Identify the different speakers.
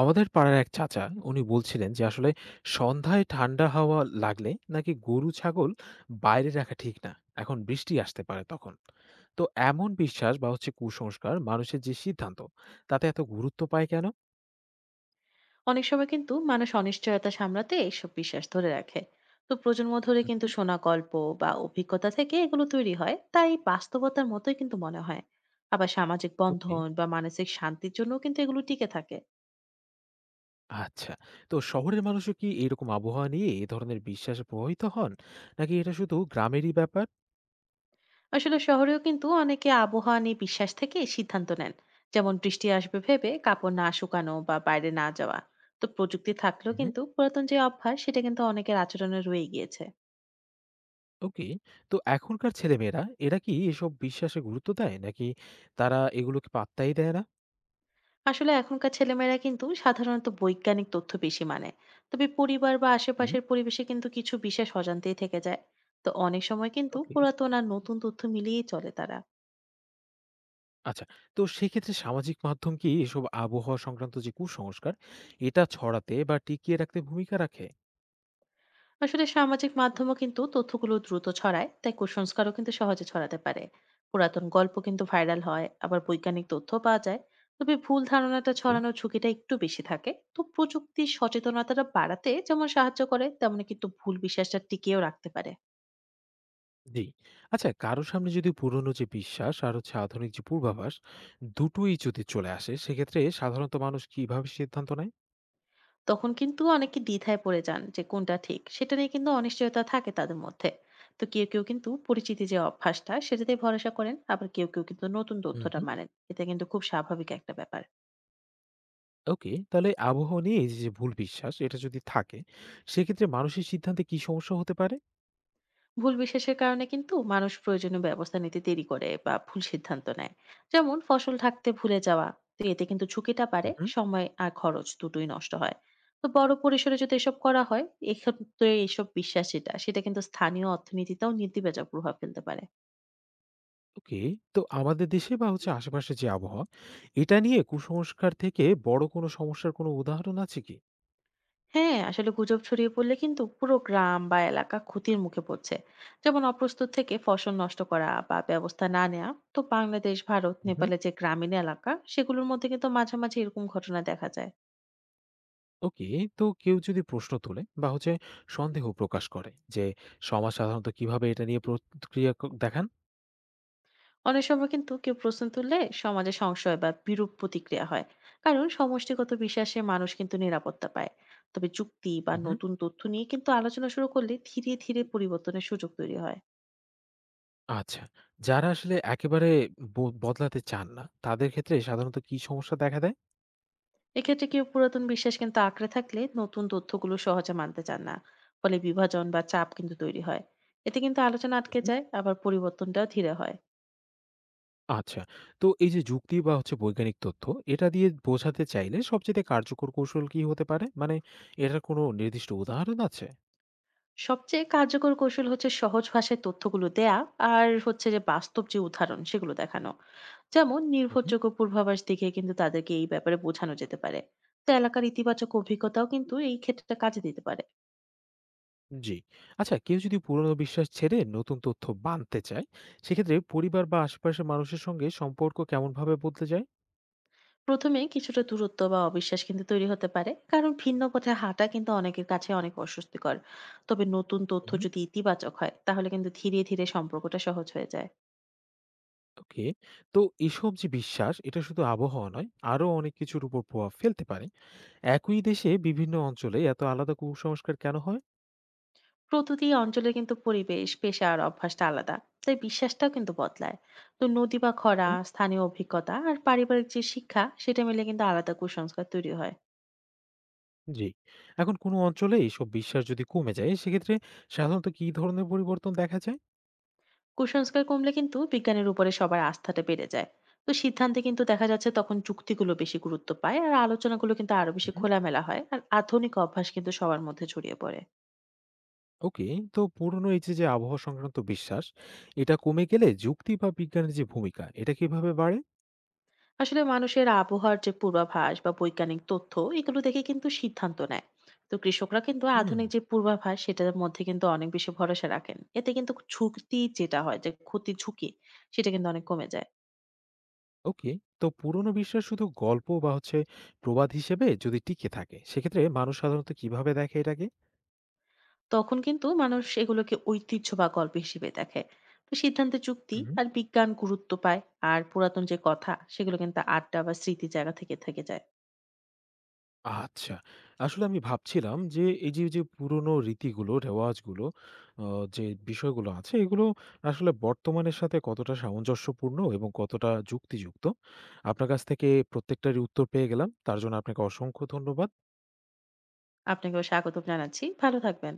Speaker 1: আমাদের পাড়ার এক চাচা উনি বলছিলেন যে আসলে সন্ধ্যায় ঠান্ডা হাওয়া লাগলে নাকি গরু ছাগল বাইরে রাখা ঠিক না, এখন বৃষ্টি আসতে পারে তখন। তো এমন বিশ্বাস বা হচ্ছে কুসংস্কার মানুষের যে সিদ্ধান্ত, তাতে এত গুরুত্ব পায় কেন?
Speaker 2: অনেক সময় কিন্তু মানুষ অনিশ্চয়তা সামলাতে এইসব বিশ্বাস ধরে রাখে। তো প্রজন্ম ধরে কিন্তু
Speaker 1: হুম।
Speaker 2: শোনা গল্প বা অভিজ্ঞতা থেকে এগুলো তৈরি হয়, তাই বাস্তবতার মতোই কিন্তু মনে হয়। আবার সামাজিক
Speaker 1: ওকে।
Speaker 2: বন্ধন বা মানসিক শান্তির জন্য কিন্তু এগুলো টিকে থাকে।
Speaker 1: আচ্ছা, তো শহরের মানুষও কি এরকম আবহাওয়া নিয়ে এ ধরনের বিশ্বাসে প্রভাবিত হন, নাকি এটা শুধু গ্রামেরই ব্যাপার?
Speaker 2: আসলে শহরেও কিন্তু অনেকে আবহাওয়া নিয়ে বিশ্বাস থেকে সিদ্ধান্ত নেন, যেমন বৃষ্টি আসবে ভেবে কাপড় না শুকানো বা বাইরে না যাওয়া। তো প্রযুক্তি থাকলেও
Speaker 1: হুম।
Speaker 2: কিন্তু পুরাতন যে অভ্যাস সেটা কিন্তু অনেকের আচরণে রয়ে গিয়েছে।
Speaker 1: ওকে। তো এখনকার ছেলেমেয়েরা এরা কি এসব বিশ্বাসে গুরুত্ব দেয়, নাকি তারা এগুলোকে পাত্তাই দেয় না?
Speaker 2: আসলে এখনকার ছেলেমেয়েরা কিন্তু সাধারণত বৈজ্ঞানিক তথ্য বেশি মানে, তবে পরিবার বা
Speaker 1: হুম।
Speaker 2: আশেপাশের পরিবেশে কিন্তু কিছু বিশেষ অজান্তেই থেকে যায়। তো অনেক সময় কিন্তু
Speaker 1: ওকে।
Speaker 2: পুরাতন আর নতুন তথ্য মিলিয়েই চলে তারা।
Speaker 1: আচ্ছা। তো সেক্ষেত্রে সামাজিক মাধ্যম কি এসব আবহাওয়া সংক্রান্ত যে কুসংস্কার, এটা ছড়াতে বা টিকিয়ে রাখতে ভূমিকা রাখে?
Speaker 2: আসলে সামাজিক মাধ্যমও কিন্তু তথ্যগুলো দ্রুত ছড়ায়, তাই কুসংস্কারও কিন্তু সহজে ছড়াতে পারে। পুরাতন গল্প কিন্তু ভাইরাল হয়, আবার বৈজ্ঞানিক তথ্য পাওয়া যায়। তবে ভুল ধারণাটা
Speaker 1: ওকে।
Speaker 2: ছড়ানোর ঝুঁকিটা একটু বেশি থাকে। তো প্রযুক্তির সচেতনতাটা বাড়াতে যেমন সাহায্য করে, তেমন কিন্তু ভুল বিশ্বাসটা টিকিয়েও রাখতে পারে।
Speaker 1: জি। আচ্ছা, কারো সামনে যদি পুরনো যে বিশ্বাস আর হচ্ছে আধুনিক যে পূর্বাভাস, দুটোই যদি চলে আসে, সেক্ষেত্রে সাধারণত মানুষ কিভাবে সিদ্ধান্ত নেয়?
Speaker 2: তখন কিন্তু অনেকে দ্বিধায় পড়ে যান যে কোনটা ঠিক, সেটা নিয়ে কিন্তু অনিশ্চয়তা থাকে তাদের মধ্যে। তো কেউ কেউ কিন্তু পরিচিতি যে অভ্যাসটা সেটাতেই ভরসা করেন, আবার কেউ কেউ কিন্তু নতুন
Speaker 1: হুম,
Speaker 2: তথ্যটা
Speaker 1: হুম।
Speaker 2: মানেন। এটা কিন্তু খুব স্বাভাবিক একটা ব্যাপার।
Speaker 1: ওকে। তাহলে আবহাওয়া নিয়ে এই যে, যে ভুল বিশ্বাস এটা যদি থাকে, সেক্ষেত্রে মানুষের সিদ্ধান্তে কি সমস্যা হতে পারে?
Speaker 2: ভুল বিশ্বাসের কারণে কিন্তু মানুষ প্রয়োজনীয় ব্যবস্থা নিতে দেরি করে বা ভুল সিদ্ধান্ত নেয়, যেমন ফসল ঢাকতে ভুলে যাওয়া। তো এতে কিন্তু ঝুঁকিটা বাড়ে, সময় আর খরচ দুটোই নষ্ট হয়। তো বড় পরিসরে যদি এসব করা হয়, এক্ষেত্রে এইসব বিশ্বাস সেটা সেটা কিন্তু স্থানীয় অর্থনীতিতেও নেতিবাচক প্রভাব ফেলতে পারে।
Speaker 1: ওকে। তো আমাদের দেশে বা হচ্ছে আশেপাশে যে আবহাওয়া, এটা নিয়ে কুসংস্কার থেকে বড় কোনো সমস্যার কোনো উদাহরণ আছে কি?
Speaker 2: হ্যাঁ, আসলে গুজব ছড়িয়ে পড়লে কিন্তু পুরো গ্রাম বা এলাকা ক্ষতির মুখে পড়ছে, যেমন অপ্রস্তুত থেকে ফসল নষ্ট করা বা ব্যবস্থা না নেওয়া। তো বাংলাদেশ, ভারত,
Speaker 1: উহু।
Speaker 2: নেপালের যে গ্রামীণ এলাকা সেগুলোর মধ্যে কিন্তু মাঝামাঝি এরকম ঘটনা দেখা যায়।
Speaker 1: ওকে। তো কেউ যদি প্রশ্ন তোলে বা হচ্ছে সন্দেহ প্রকাশ করে যে, সমাজ সাধারণত কিভাবে এটা নিয়ে প্রতিক্রিয়া ক দেখান?
Speaker 2: অনেক সময় কিন্তু কেউ প্রশ্ন তুললে সমাজে সংশয় বা বিরূপ প্রতিক্রিয়া হয়, কারণ সমষ্টিগত বিশ্বাসে মানুষ কিন্তু নিরাপত্তা পায়। তবে যুক্তি বা
Speaker 1: উহু।
Speaker 2: নতুন তথ্য নিয়ে কিন্তু আলোচনা শুরু করলে ধীরে ধীরে পরিবর্তনের সুযোগ তৈরি হয়।
Speaker 1: আচ্ছা। যারা আসলে একেবারে ব বদলাতে চান না, তাদের ক্ষেত্রে সাধারণত কি সমস্যা দেখা দেয়?
Speaker 2: এক্ষেত্রে কেউ পুরাতন বিশ্বাস কিন্তু আঁকড়ে থাকলে নতুন তথ্যগুলো সহজে মানতে চান না, ফলে বিভাজন বা চাপ কিন্তু তৈরি হয়। এতে কিন্তু আলোচনা আটকে যায়, আবার পরিবর্তনটাও ধীরে হয়।
Speaker 1: আচ্ছা। তো এই যে যুক্তি বা হচ্ছে বৈজ্ঞানিক তথ্য, এটা দিয়ে বোঝাতে চাইলে সবচাইতে কার্যকর কৌশল কি হতে পারে? মানে এটার কোনো নির্দিষ্ট উদাহরণ আছে?
Speaker 2: সবচেয়ে কার্যকর কৌশল হচ্ছে সহজ ভাষায় তথ্যগুলো দেয়া, আর হচ্ছে যে বাস্তব যে উদাহরণ সেগুলো দেখানো, যেমন
Speaker 1: হুম।
Speaker 2: নির্ভরযোগ্য পূর্বাভাস দেখে কিন্তু তাদেরকে এই ব্যাপারে বোঝানো যেতে পারে। তো এলাকার ইতিবাচক অভিজ্ঞতাও কিন্তু এই ক্ষেত্রে কাজে দিতে পারে।
Speaker 1: জি। আচ্ছা, কেউ যদি পুরনো বিশ্বাস ছেড়ে নতুন তথ্য বানতে চায়, সেক্ষেত্রে পরিবার বা আশেপাশের মানুষের সঙ্গে সম্পর্ক কেমনভাবে বদলে যায়?
Speaker 2: প্রথমে কিছুটা দূরত্ব বা অবিশ্বাস কিন্তু তৈরি হতে পারে, কারণ ভিন্ন পথে হাঁটা কিন্তু অনেকের কাছে অনেক অস্বস্তিকর। তবে নতুন তথ্য
Speaker 1: হুম।
Speaker 2: যদি ইতিবাচক হয়, তাহলে কিন্তু ধীরে ধীরে সম্পর্কটা সহজ হয়ে যায়।
Speaker 1: ওকে। তো এসব যে বিশ্বাস, এটা শুধু আবহাওয়া নয়, আরো অনেক কিছুর উপর প্রভাব ফেলতে পারে। একই দেশে বিভিন্ন অঞ্চলে এত আলাদা কুসংস্কার কেন
Speaker 2: প্রতিটি অঞ্চলে কিন্তু পরিবেশ, পেশা আর অভ্যাসটা আলাদা, তাই বিশ্বাসটাও কিন্তু বদলায়। তো নদী বা খরা,
Speaker 1: হয়?
Speaker 2: স্থানীয় অভিজ্ঞতা আর পারিবারিক যে শিক্ষা সেটা মিলে কিন্তু আলাদা কুসংস্কার তৈরি হয়।
Speaker 1: জি। এখন কোনো অঞ্চলে এইসব বিশ্বাস যদি কমে যায়, সেক্ষেত্রে সাধারণত কি ধরনের পরিবর্তন দেখা যায়?
Speaker 2: কুসংস্কার কমলে কিন্তু বিজ্ঞানের উপরে সবার আস্থাটা বেড়ে যায়। তো সিদ্ধান্তে কিন্তু দেখা যাচ্ছে তখন যুক্তিগুলো বেশি গুরুত্ব পায়, আর আলোচনাগুলো কিন্তু আরো বেশি
Speaker 1: উহুম।
Speaker 2: খোলামেলা হয়, আর আধুনিক অভ্যাস কিন্তু সবার মধ্যে ছড়িয়ে পড়ে।
Speaker 1: ওকে, তো পুরনো এই যে, যে আবহাওয়া সংক্রান্ত বিশ্বাস, এটা কমে গেলে যুক্তি বা বিজ্ঞানের যে ভূমিকা, এটা কিভাবে বাড়ে?
Speaker 2: আসলে মানুষের আবহাওয়ার যে পূর্বাভাস বা বৈজ্ঞানিক তথ্য, এগুলো দেখে কিন্তু সিদ্ধান্ত নেয়। তো কৃষকরা কিন্তু
Speaker 1: হুম।
Speaker 2: আধুনিক যে পূর্বাভাস সেটার মধ্যে কিন্তু অনেক বেশি ভরসা রাখেন, এতে কিন্তু ঝুঁকি যেটা হয়, যে ক্ষতি ঝুঁকি সেটা কিন্তু অনেক কমে যায়।
Speaker 1: ওকে, তো পুরনো বিশ্বাস শুধু গল্প বা হচ্ছে প্রবাদ হিসেবে যদি টিকে থাকে, সেক্ষেত্রে মানুষ সাধারণত কিভাবে দেখে এটাকে?
Speaker 2: তখন কিন্তু মানুষ এগুলোকে ঐতিহ্য বা গল্প হিসেবে দেখে, তো সিদ্ধান্তে যুক্তি
Speaker 1: হুম।
Speaker 2: আর বিজ্ঞান গুরুত্ব পায়। আর পুরাতন যে কথা সেগুলো কিন্তু আড্ডা বা স্মৃতি জায়গা থেকে থেকে যায়।
Speaker 1: আচ্ছা। আসলে আমি ভাবছিলাম যে এই যে, যে পুরনো রীতিগুলো, রেওয়াজগুলো, অ যে বিষয়গুলো আছে, এগুলো আসলে বর্তমানের সাথে কতটা সামঞ্জস্যপূর্ণ এবং কতটা যুক্তিযুক্ত। আপনার কাছ থেকে প্রত্যেকটারই উত্তর পেয়ে গেলাম। তার জন্য আপনাকে অসংখ্য ধন্যবাদ।
Speaker 2: আপনাকেও স্বাগত জানাচ্ছি, ভালো থাকবেন।